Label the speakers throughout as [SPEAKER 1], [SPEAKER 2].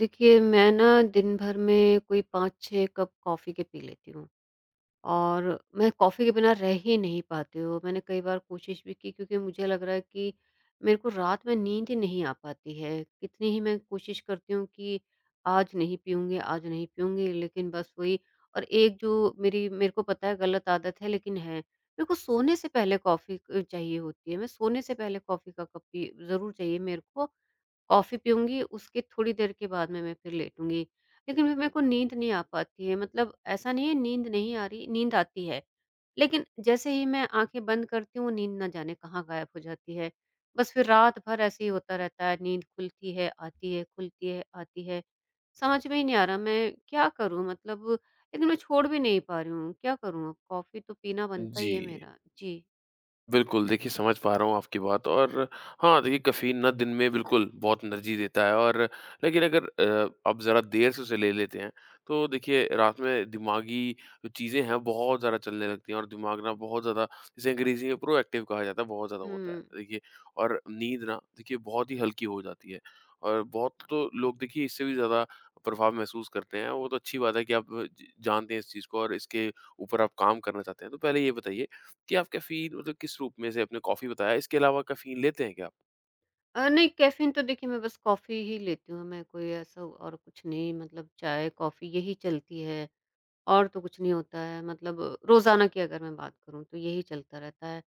[SPEAKER 1] देखिए, मैं ना दिन भर में कोई 5-6 कप कॉफ़ी के पी लेती हूँ और मैं कॉफ़ी के बिना रह ही नहीं पाती हूँ। मैंने कई बार कोशिश भी की क्योंकि मुझे लग रहा है कि मेरे को रात में नींद ही नहीं आ पाती है। कितनी ही मैं कोशिश करती हूँ कि आज नहीं पीऊँगी, लेकिन बस वही। और एक जो मेरी मेरे को पता है गलत आदत है लेकिन है, मेरे को सोने से पहले कॉफ़ी चाहिए होती है। मैं सोने से पहले कॉफ़ी का कप पी ज़रूर चाहिए मेरे को। कॉफ़ी पीऊँगी, उसके थोड़ी देर के बाद में मैं फिर लेटूँगी। लेकिन फिर मेरे को नींद नहीं आ पाती है, मतलब ऐसा नहीं है नींद नहीं आ रही, नींद आती है। लेकिन जैसे ही मैं आँखें बंद करती हूँ, नींद ना जाने कहाँ गायब हो जाती है। बस फिर रात भर ऐसे ही होता रहता है, नींद खुलती है, आती है, खुलती है, आती है। समझ में ही नहीं आ रहा मैं क्या करूँ मतलब, लेकिन मैं छोड़ भी नहीं पा रही हूँ, क्या करूँ अब? कॉफ़ी तो पीना बनता
[SPEAKER 2] जी,
[SPEAKER 1] ही है मेरा। जी।
[SPEAKER 2] बिल्कुल। देखिए, समझ पा रहा हूँ आपकी बात। और हाँ, देखिए कैफ़ीन ना दिन में बिल्कुल बहुत एनर्जी देता है। और लेकिन अगर आप ज़रा देर से उसे ले लेते हैं, तो देखिए रात में दिमागी जो चीज़ें हैं बहुत ज़्यादा चलने लगती हैं, और दिमाग ना बहुत ज़्यादा, जिसे अंग्रेज़ी में प्रोएक्टिव कहा जाता है, बहुत ज़्यादा होता है।
[SPEAKER 1] हुँ।
[SPEAKER 2] देखिए, और नींद ना देखिए बहुत ही हल्की हो जाती है। और बहुत तो लोग देखिए इससे भी ज़्यादा प्रभाव महसूस करते हैं। वो तो अच्छी बात है कि आप ज जानते हैं इस चीज़ को, और इसके ऊपर आप काम करना चाहते हैं। तो पहले ये बताइए कि आप कैफ़ीन मतलब किस रूप में? जैसे आपने कॉफ़ी बताया, इसके अलावा कैफ़ीन लेते हैं क्या आप?
[SPEAKER 1] नहीं कैफ़ीन तो देखिए मैं बस कॉफ़ी ही लेती हूँ, मैं कोई ऐसा और कुछ नहीं मतलब चाय, कॉफ़ी यही चलती है। और तो कुछ नहीं होता है मतलब रोज़ाना की अगर मैं बात करूँ तो यही चलता रहता है।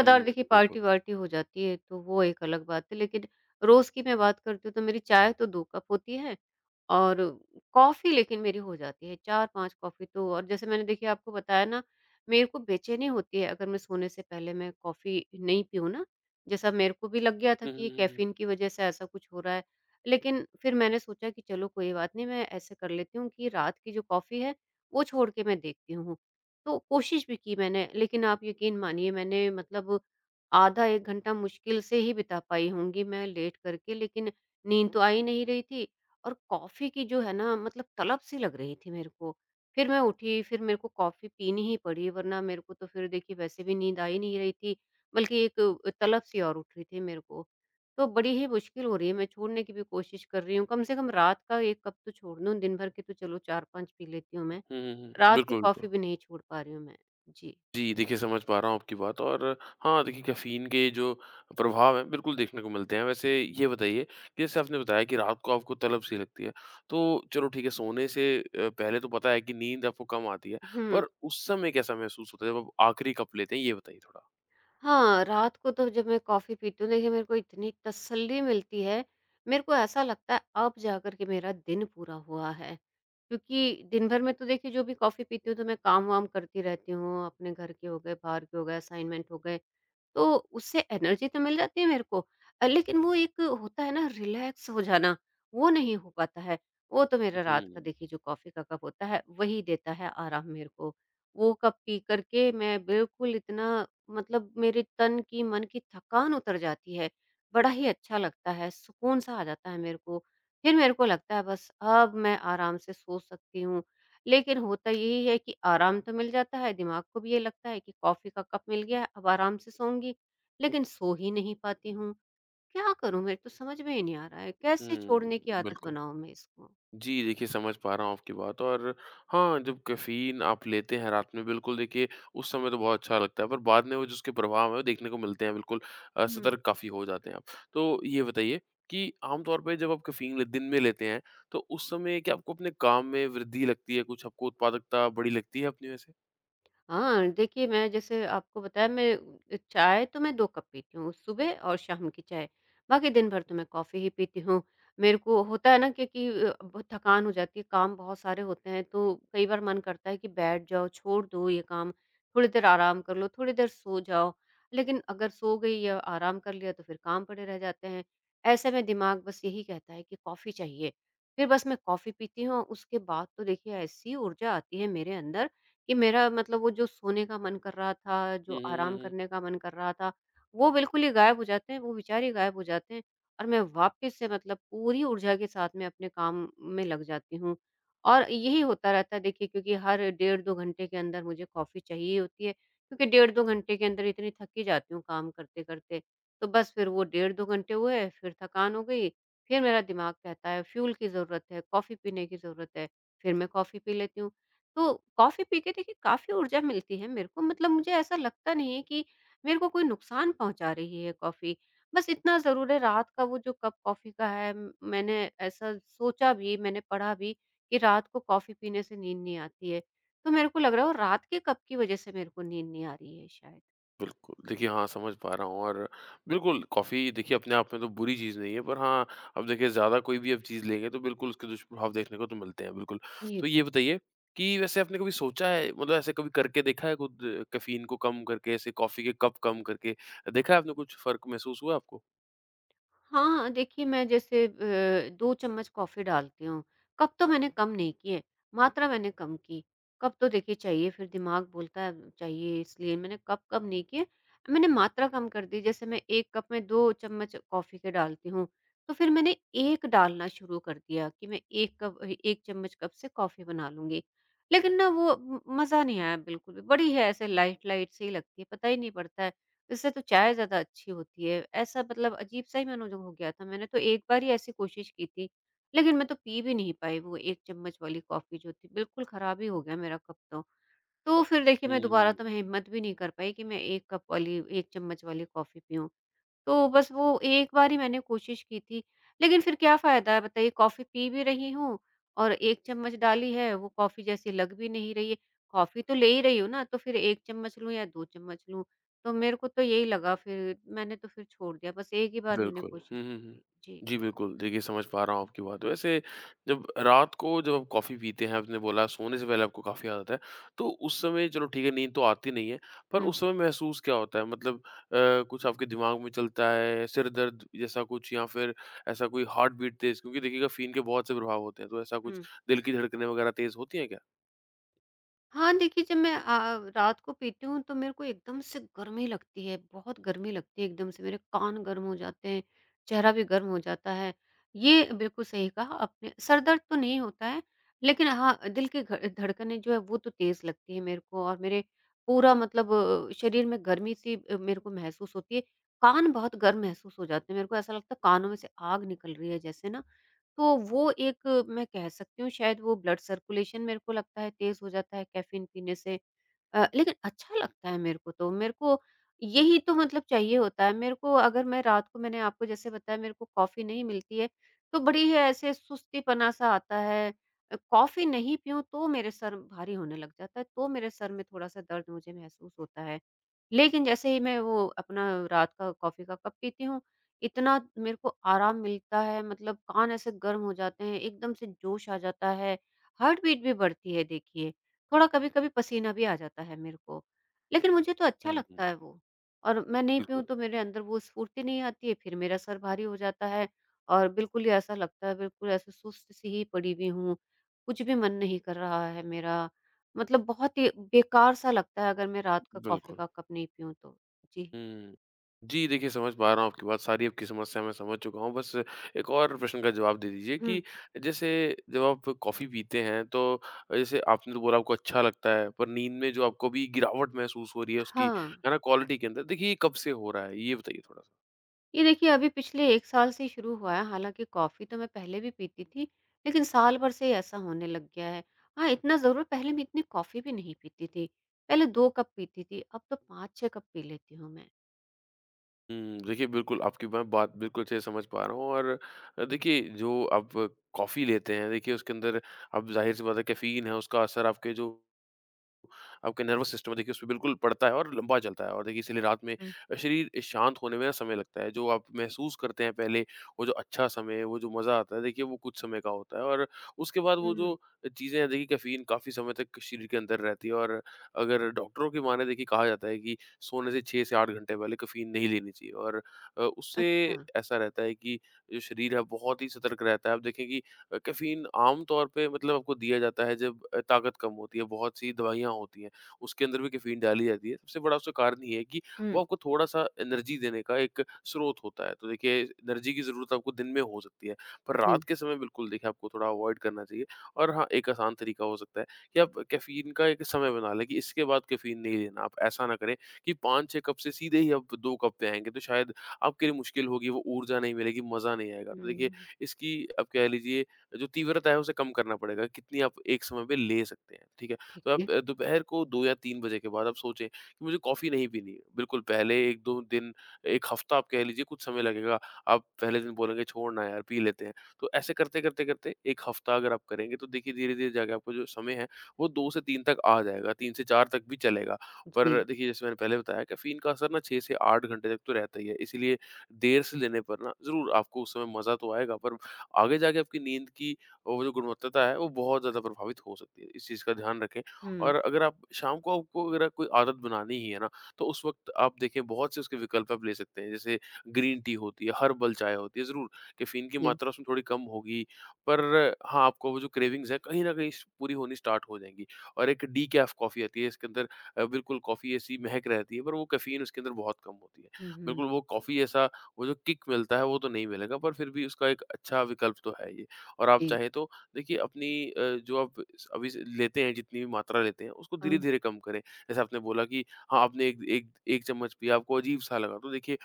[SPEAKER 2] हुँ, हुँ,
[SPEAKER 1] देखिए
[SPEAKER 2] हुँ, बिल्कुल।
[SPEAKER 1] पार्टी-वार्टी हो जाती है तो वो एक अलग बात है, लेकिन रोज़ की मैं बात करती हूँ तो मेरी चाय तो 2 कप होती है और कॉफ़ी लेकिन मेरी हो जाती है 4-5 कॉफ़ी तो। और जैसे मैंने देखिए आपको बताया ना, मेरे को बेचैनी होती है अगर मैं सोने से पहले मैं कॉफ़ी नहीं पीऊँ ना, जैसा मेरे को भी लग गया था
[SPEAKER 2] हुँ, हुँ,
[SPEAKER 1] कि ये
[SPEAKER 2] हुँ, हुँ।
[SPEAKER 1] कैफ़ीन की वज़ह से ऐसा कुछ हो रहा है। लेकिन फिर मैंने सोचा कि चलो कोई बात नहीं मैं ऐसे कर लेती हूँ कि रात की जो कॉफ़ी है वो छोड़ के मैं देखती हूँ। तो कोशिश भी की मैंने, लेकिन आप यकीन मानिए मैंने मतलब आधा 1 घंटा मुश्किल से ही बिता पाई होंगी मैं लेट करके, लेकिन नींद तो आ ही नहीं रही थी और कॉफ़ी की जो है ना मतलब तलब सी लग रही थी मेरे को। फिर मैं उठी, फिर मेरे को कॉफ़ी पीनी ही पड़ी वरना मेरे को तो फिर देखिए वैसे भी नींद आ ही नहीं रही थी, बल्कि एक तलब सी और उठ रही थी मेरे को। तो बड़ी ही मुश्किल हो रही है, मैं छोड़ने की भी कोशिश कर रही हूँ, कम से कम रात का 1 कप तो छोड़ दूँ, दिन भर के तो चलो 4-5 पी लेती हूँ मैं।
[SPEAKER 2] हुँ, हुँ, हुँ।
[SPEAKER 1] रात की
[SPEAKER 2] बिल्कुल, बिल्कुल।
[SPEAKER 1] कॉफ़ी भी नहीं छोड़ पा रही हूँ मैं। जी।
[SPEAKER 2] जी, देखिए समझ पा रहा हूँ आपकी बात। और हाँ, देखिए कैफ़ीन के जो प्रभाव हैं, बिल्कुल देखने को मिलते हैं। वैसे ये बताइए कि जैसे आपने बताया कि रात को आपको तलब सी लगती है, तो चलो ठीक है। सोने से पहले तो पता है कि नींद आपको कम आती है,
[SPEAKER 1] हुँ।
[SPEAKER 2] पर उस समय कैसा महसूस होता है जब आप आखिरी कप लेते हैं, ये बताइए थोड़ा?
[SPEAKER 1] हाँ, रात को तो जब मैं कॉफ़ी पीती हूँ, देखिए मेरे को इतनी तसल्ली मिलती है, मेरे को ऐसा लगता है अब जाकर के मेरा दिन पूरा हुआ है। क्योंकि दिन भर में तो देखिए जो भी कॉफ़ी पीती हूँ तो मैं काम-वाम करती रहती हूँ, अपने घर के हो गए, बाहर के हो गए, असाइनमेंट हो गए। तो उससे एनर्जी तो मिल जाती है मेरे को, लेकिन वो एक होता है ना रिलैक्स हो जाना, वो नहीं हो पाता है। वो तो मेरा रात
[SPEAKER 2] हुँ,
[SPEAKER 1] का देखिए जो कॉफ़ी का कप होता है, वही देता है आराम मेरे को। वो कप पी कर के मैं बिल्कुल इतना मतलब मेरे तन की, मन की थकान उतर जाती है। बड़ा ही अच्छा लगता है, सुकून-सा आ जाता है मेरे को। फिर मेरे को लगता है बस अब मैं आराम से सो सकती हूँ। लेकिन होता यही है कि आराम तो मिल जाता है, दिमाग को भी ये लगता है कि कॉफ़ी का कप मिल गया है, अब आराम से सोऊँगी, लेकिन सो ही नहीं पाती हूँ। क्या करूँ? मेरे तो समझ में ही नहीं आ रहा है, कैसे
[SPEAKER 2] हुँ,
[SPEAKER 1] छोड़ने की आदत
[SPEAKER 2] बिल्कुल।
[SPEAKER 1] बनाऊँ मैं इसको?
[SPEAKER 2] जी, देखिए समझ पा रहा हूँ आपकी बात। और हाँ, जब कैफ़ीन आप लेते हैं रात में, बिल्कुल देखिए उस समय तो बहुत अच्छा लगता है, पर बाद में वो जो उसके प्रभाव हैं वो देखने को मिलते हैं बिल्कुल।
[SPEAKER 1] हुँ।
[SPEAKER 2] सतर्क काफ़ी हो जाते हैं आप। तो ये बताइए कि आम तौर पे जब आप कैफ़ीन ले दिन में लेते हैं, तो उस समय क्या आपको अपने काम में वृद्धि लगती है? कुछ आपको उत्पादकता बड़ी लगती है अपनी, वैसे?
[SPEAKER 1] हाँ, देखिए मैं जैसे आपको बताया, मैं चाय तो मैं 2 कप पीती हूँ, सुबह और शाम की चाय। बाकी दिन भर तो मैं कॉफ़ी ही पीती हूँ। मेरे को होता है ना कि बहुत थकान हो जाती है, काम बहुत सारे होते हैं तो कई बार मन करता है कि बैठ जाओ, छोड़ दो ये काम, थोड़ी देर आराम कर लो, थोड़ी देर सो जाओ। लेकिन अगर सो गई या आराम कर लिया तो फिर काम पड़े रह जाते हैं। ऐसे में दिमाग बस यही कहता है कि कॉफ़ी चाहिए। फिर बस मैं कॉफ़ी पीती हूँ, उसके बाद तो देखिए ऐसी ऊर्जा आती है मेरे अंदर कि मेरा मतलब वो जो सोने का मन कर रहा था, जो
[SPEAKER 2] हुँ, हुँ,
[SPEAKER 1] आराम
[SPEAKER 2] हुँ, हुँ।
[SPEAKER 1] करने का मन कर रहा था, वो बिल्कुल ही गायब हो जाते हैं, वो विचार ही गायब हो जाते हैं और मैं वापस से मतलब पूरी ऊर्जा के साथ में अपने काम में लग जाती हूँ। और यही होता रहता है देखिए क्योंकि हर डेढ़ 2 घंटे के अंदर मुझे कॉफ़ी चाहिए होती है, क्योंकि डेढ़ 2 घंटे के अंदर इतनी थकी जाती हूँ काम करते-करते। तो बस फिर वो डेढ़ 2 घंटे हुए, फिर थकान हो गई, फिर मेरा दिमाग कहता है फ्यूल की ज़रूरत है, कॉफ़ी पीने की ज़रूरत है, फिर मैं कॉफ़ी पी लेती हूँ। तो कॉफ़ी पी के देखिए काफ़ी ऊर्जा मिलती है मेरे को, मतलब मुझे ऐसा लगता नहीं है कि मेरे को कोई नुकसान पहुँचा रही है कॉफ़ी। बस इतना ज़रूर है रात का वो जो कप कॉफ़ी का है, म मैंने ऐसा सोचा भी, मैंने पढ़ा भी कि रात को कॉफ़ी पीने से नींद नहीं आती है। तो मेरे को लग रहा है वो रात के कप की वज़ह से मेरे को नींद नहीं आ रही है शायद।
[SPEAKER 2] बिल्कुल। देखिए, हाँ, समझ पा रहा हूँ। और बिल्कुल, कॉफ़ी देखिए अपने आप में तो बुरी चीज़ नहीं है, पर हाँ, अब देखिए ज़्यादा कोई भी अब चीज़ लेंगे तो बिल्कुल उसके दुष्प्रभाव देखने को तो मिलते हैं, बिल्कुल।
[SPEAKER 1] जी।
[SPEAKER 2] तो ये बताइए कि वैसे आपने कभी सोचा है, मतलब ऐसे कभी करके देखा है खुद, कैफ़ीन को कम करके, ऐसे कॉफ़ी के कप कम करके, देखा है आपने कुछ फ़र्क महसूस हुआ आपको?
[SPEAKER 1] हाँ, हाँ, देखिए मैं जैसे 2 चम्मच कॉफ़ी डालती हूँ, कप तो मैंने कम नहीं किए, मात्रा मैंने कम की। कप तो देखिए चाहिए, फिर दिमाग बोलता है चाहिए, इसलिए मैंने कप कम नहीं किए, मैंने मात्रा कम कर दी। जैसे मैं 1 कप में 2 चम्मच कॉफ़ी के डालती हूँ, तो फिर मैंने 1 डालना शुरू कर दिया कि मैं 1 कप 1 चम्मच कप से कॉफ़ी बना लूँगी। लेकिन ना वो म मज़ा नहीं आया बिल्कुल भी, बड़ी है ऐसे लाइट-लाइट सी लगती है, पता ही नहीं पड़ता है, इससे तो चाय ज़्यादा अच्छी होती है। ऐसा मतलब अजीब-सा ही मन मुझे हो गया था। मैंने तो एक बार ही ऐसी कोशिश की थी, लेकिन मैं तो पी भी नहीं पाई वो 1 चम्मच वाली कॉफ़ी जो थी, बिल्कुल ख़राब ही हो गया मेरा कप तो। तो फिर देखिए
[SPEAKER 2] हुँ,
[SPEAKER 1] मैं दोबारा
[SPEAKER 2] हुँ,
[SPEAKER 1] तो मैं हिम्मत भी नहीं कर पाई कि मैं 1 कप वाली 1 चम्मच वाली कॉफ़ी पीऊँ। तो बस वो एक बार ही मैंने कोशिश की थी। लेकिन फिर क्या फ़ायदा है बताइए, कॉफ़ी पी भी रही हूँ और 1 चम्मच डाली है, वो कॉफ़ी जैसी लग भी नहीं रही है। कॉफ़ी तो ले ही रही हूँ ना, तो फिर 1 चम्मच लूँ या 2 चम्मच लूँ? तो मेरे को तो यही लगा, फिर मैंने तो फिर छोड़ दिया। बस एक ही बार मैंने
[SPEAKER 2] बिल्कुल। हुँ,
[SPEAKER 1] कोशिश
[SPEAKER 2] हुँ,
[SPEAKER 1] की
[SPEAKER 2] हुँ।
[SPEAKER 1] थी। जी।
[SPEAKER 2] जी, बिल्कुल। देखिए, समझ पा रहा हूँ आपकी बात। वैसे जब रात को जब आप कॉफ़ी पीते हैं, आपने बोला सोने से पहले आपको काफ़ी आदत है, तो उस समय चलो ठीक है, नींद तो आती नहीं है, पर
[SPEAKER 1] हुँ,
[SPEAKER 2] उस समय महसूस क्या होता है? मतलब, कुछ आपके दिमाग में चलता है, सिर दर्द जैसा कुछ, या फिर ऐसा कोई हार्ट बीट तेज़, क्योंकि देखिए कैफ़ीन के बहुत से प्रभाव होते हैं, तो ऐसा कुछ
[SPEAKER 1] हुँ।
[SPEAKER 2] दिल की धड़कनें वग़ैरह तेज़ होती हैं क्या?
[SPEAKER 1] हाँ, देखिए जब मैं रात को पीती हूँ तो मेरे को एकदम से गर्मी लगती है, बहुत गर्मी लगती है, एकदम से मेरे कान गर्म हो जाते हैं, चेहरा भी गर्म हो जाता है। ये बिल्कुल सही कहा आपने, सर दर्द तो नहीं होता है, लेकिन हाँ, दिल की घ धड़कनें जो है वो तो तेज़ लगती है मेरे को और मेरे पूरा मतलब शरीर में गर्मी-सी मेरे को महसूस होती है। कान बहुत गर्म महसूस हो जाते हैं, मेरे को ऐसा लगता है कानों में से आग निकल रही है जैसे ना, तो वो एक मैं कह सकती हूँ शायद वो ब्लड सर्कुलेशन मेरे को लगता है तेज़ हो जाता है कैफ़ीन पीने से। लेकिन अच्छा लगता है मेरे को तो, मेरे को यही तो मतलब चाहिए होता है। मेरे को अगर मैं रात को मैंने आपको जैसे बताया मेरे को कॉफ़ी नहीं मिलती है, तो बड़ी है ऐसे सुस्ती-पना-सा आता है। कॉफ़ी नहीं पीऊँ तो मेरे सर भारी होने लग जाता है, तो मेरे सर में थोड़ा-सा दर्द मुझे महसूस होता है। लेकिन जैसे ही मैं वो अपना रात का कॉफ़ी का कप पीती हूँ, इतना मेरे को आराम मिलता है, मतलब कान ऐसे गर्म हो जाते हैं, एकदम से जोश आ जाता है, हार्ट बीट भी बढ़ती है देखिए, थोड़ा कभी-कभी पसीना भी आ जाता है मेरे को। लेकिन मुझे तो अच्छा
[SPEAKER 2] हुँ, हुँ।
[SPEAKER 1] लगता है वो। और मैं नहीं
[SPEAKER 2] बिल्कुल,
[SPEAKER 1] पीऊँ तो मेरे अंदर वो स्फूर्ति नहीं आती है, फिर मेरा सर भारी हो जाता है और बिल्कुल ही ऐसा लगता है, बिल्कुल ऐसे सुस्त सी ही पड़ी हुई हूँ, कुछ भी मन नहीं कर रहा है मेरा मतलब, बहुत ही बेकार-सा लगता है अगर मैं रात का कॉफ़ी
[SPEAKER 2] बिल्कुल।
[SPEAKER 1] का कप नहीं पीऊँ तो। जी।
[SPEAKER 2] हुँ। जी, देखिए समझ पा रहा हूँ आपकी बात सारी, आपकी समस्या मैं समझ चुका हूँ। बस एक और प्रश्न का जवाब दे दीजिए
[SPEAKER 1] हुँ।
[SPEAKER 2] कि जैसे, जब आप कॉफ़ी पीते हैं, तो जैसे आपने तो बोला आपको अच्छा लगता है, पर नींद में जो आपको अभी गिरावट महसूस हो रही है उसकी,
[SPEAKER 1] हाँ,
[SPEAKER 2] है ना, क्वालिटी के अंदर, देखिए ये कब से हो रहा है? ये बताइए थोड़ा-सा।
[SPEAKER 1] ये देखिए अभी पिछले 1 साल से ही शुरू हुआ है, हालाँकि कॉफ़ी तो मैं पहले भी पीती थी, लेकिन साल भर से ही ऐसा होने लग गया है। हाँ, इतना ज़रूर पहले मैं इतनी कॉफ़ी भी नहीं पीती थी, पहले 2 कप पीती थी, अब तो 5-6 कप पी लेती हूँ मैं।
[SPEAKER 2] हुँ, देखिए बिल्कुल आपकी मैं बात बिल्कुल अच्छे से समझ पा रहा हूँ। और देखिए जो आप कॉफ़ी लेते हैं, देखिए उसके अंदर अब ज़ाहिर-सी बात है कैफ़ीन है। उसका असर आपके जो आपके नर्वस सिस्टम, देखिए उस पे बिल्कुल पड़ता है, और लंबा चलता है। और देखिए इसीलिए रात में
[SPEAKER 1] हुँ।
[SPEAKER 2] शरीर शांत होने में ना समय लगता है, जो आप महसूस करते हैं पहले, वो जो अच्छा समय, वो जो मज़ा आता है देखिए, वो कुछ समय का होता है। और उसके बाद वो
[SPEAKER 1] हुँ,
[SPEAKER 2] जो चीज़ें हैं देखिए, कैफ़ीन काफ़ी समय तक शरीर के अंदर रहती है। और अगर डॉक्टरों की माने, देखिए कहा जाता है कि सोने से 6 से 8 घंटे पहले कैफ़ीन नहीं लेनी चाहिए। और उससे
[SPEAKER 1] अच्छा।
[SPEAKER 2] ऐसा रहता है कि जो शरीर है बहुत ही सतर्क रहता है। आप देखें कि कैफ़ीन आम तौर पे मतलब आपको दिया जाता है जब ताकत कम होती है। बहुत सी दवाइयाँ होती हैं उसके अंदर भी कैफ़ीन डाली जाती है। सबसे बड़ा उसका कारण ये है कि वो
[SPEAKER 1] हुँ।
[SPEAKER 2] आपको थोड़ा-सा एनर्जी देने का एक स्रोत होता है। तो देखिए एनर्जी की ज़रूरत आपको दिन में हो सकती है, पर रात
[SPEAKER 1] जी।
[SPEAKER 2] के समय बिल्कुल देखिए आपको थोड़ा अवॉइड करना चाहिए। और हाँ, एक आसान तरीका हो सकता है कि आप कैफ़ीन का एक समय बना लें, कि इसके बाद कैफ़ीन नहीं लेना। आप ऐसा ना करें कि 5-6 कप से सीधे ही आप 2 कप पे आएँगे, तो शायद आपके लिए मुश्किल होगी, वो ऊर्जा नहीं मिलेगी, मज़ा नहीं आएगा। तो देखिए
[SPEAKER 1] हुँ,
[SPEAKER 2] इसकी आप कह लीजिए, जो तीव्रता है उसे कम करना पड़ेगा, कितनी आप एक समय पे ले सकते हैं। ठीक है?
[SPEAKER 1] ठीक
[SPEAKER 2] तो
[SPEAKER 1] है।
[SPEAKER 2] आप दोपहर को 2 या 3 बजे के बाद आप सोचें कि मुझे कॉफ़ी नहीं पीनी है। बिल्कुल पहले 1-2 दिन, 1 हफ़्ता, आप कह लीजिए कुछ समय लगेगा। आप पहले दिन बोलेंगे छोड़ ना यार, पी लेते हैं। तो ऐसे करते, करते, करते 1 हफ़्ता अगर आप करेंगे, तो देखिए धीरे-धीरे जाके आपका जो समय है वो 2 से 3 तक आ जाएगा, 3 से 4 तक भी चलेगा। पर
[SPEAKER 1] जी।
[SPEAKER 2] देखिए जैसे मैंने पहले बताया, कैफ़ीन का असर ना 6 से 8 घंटे तक तो रहता ही है। इसीलिए देर से लेने पर ना ज़रूर आपको उस समय मज़ा तो आएगा, पर आगे जाके आपकी नींद की वो जो गुणवत्ता है वो बहुत ज़्यादा प्रभावित हो सकती है। इस चीज़ का ध्यान रखें।
[SPEAKER 1] हुँ।
[SPEAKER 2] और अगर आप शाम को, आपको अगर कोई आदत बनानी ही है ना, तो उस वक़्त आप देखें बहुत से उसके विकल्प आप ले सकते हैं। जैसे, ग्रीन टी होती है, हर्बल चाय होती है। ज़रूर कैफ़ीन की
[SPEAKER 1] जी।
[SPEAKER 2] मात्रा उसमें थोड़ी कम होगी, पर हाँ, आपको वो जो क्रेविंग्स हैं कहीं न कहीं स पूरी होनी स्टार्ट हो जाएँगी। और एक डिकैफ़ कॉफ़ी आती है, इसके अंदर बिल्कुल कॉफ़ी ऐसी महक रहती है, पर वो कैफ़ीन उसके अंदर बहुत कम होती है।
[SPEAKER 1] हुँ, हुँ।
[SPEAKER 2] बिल्कुल वो कॉफ़ी जैसा वो जो किक मिलता है, वो तो नहीं मिलेगा, पर फिर भी उसका एक अच्छा विकल्प तो है ये। और आप
[SPEAKER 1] जी।
[SPEAKER 2] चाहें तो देखिए अपनी, जो आप अभी से लेते हैं जितनी भी मात्रा लेते हैं उसको
[SPEAKER 1] हाँ,
[SPEAKER 2] धीरे-धीरे कम करें। जैसे आपने बोला कि हाँ, आपने एक एक एक चम्मच पिया आपको अजीब-सा लगा, तो देखिए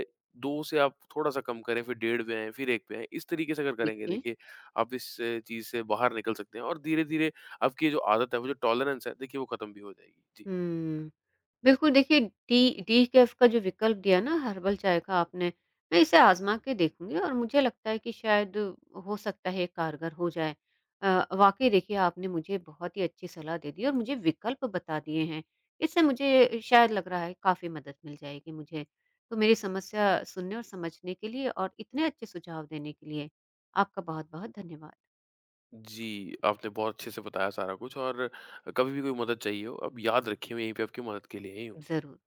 [SPEAKER 2] अ, 2 से आप थोड़ा-सा कम करें, फिर डेढ़ पे आएँ, फिर 1 पे आएँ। इस तरीके से अगर
[SPEAKER 1] ठीक
[SPEAKER 2] करेंगे
[SPEAKER 1] है।
[SPEAKER 2] देखिए, आप इस चीज़ से बाहर निकल सकते हैं, और धीरे-धीरे आपकी ये जो आदत है, वो जो टॉलरेंस है देखिए, वो खत्म भी हो जाएगी। जी।
[SPEAKER 1] हुँ। बिल्कुल देखिए, टी डीकैफ़ का जो विकल्प दिया ना, हर्बल चाय का आपने, मैं इसे आज़मा के देखूँगी और मुझे लगता है कि शायद हो सकता है ये कारगर हो जाए। वाक़ई देखिए आपने मुझे बहुत ही अच्छी सलाह दे दी और मुझे विकल्प बता दिए हैं। इससे मुझे शायद लग रहा है काफ़ी मदद मिल जाएगी मुझे। तो मेरी समस्या सुनने और समझने के लिए और इतने अच्छे सुझाव देने के लिए आपका बहुत-बहुत धन्यवाद।
[SPEAKER 2] जी, आपने बहुत अच्छे से बताया सारा कुछ। और कभी भी कोई मदद चाहिए हो, आप याद रखिए मैं यहीं पे आपकी मदद के लिए ही हूँ।
[SPEAKER 1] ज़रूर।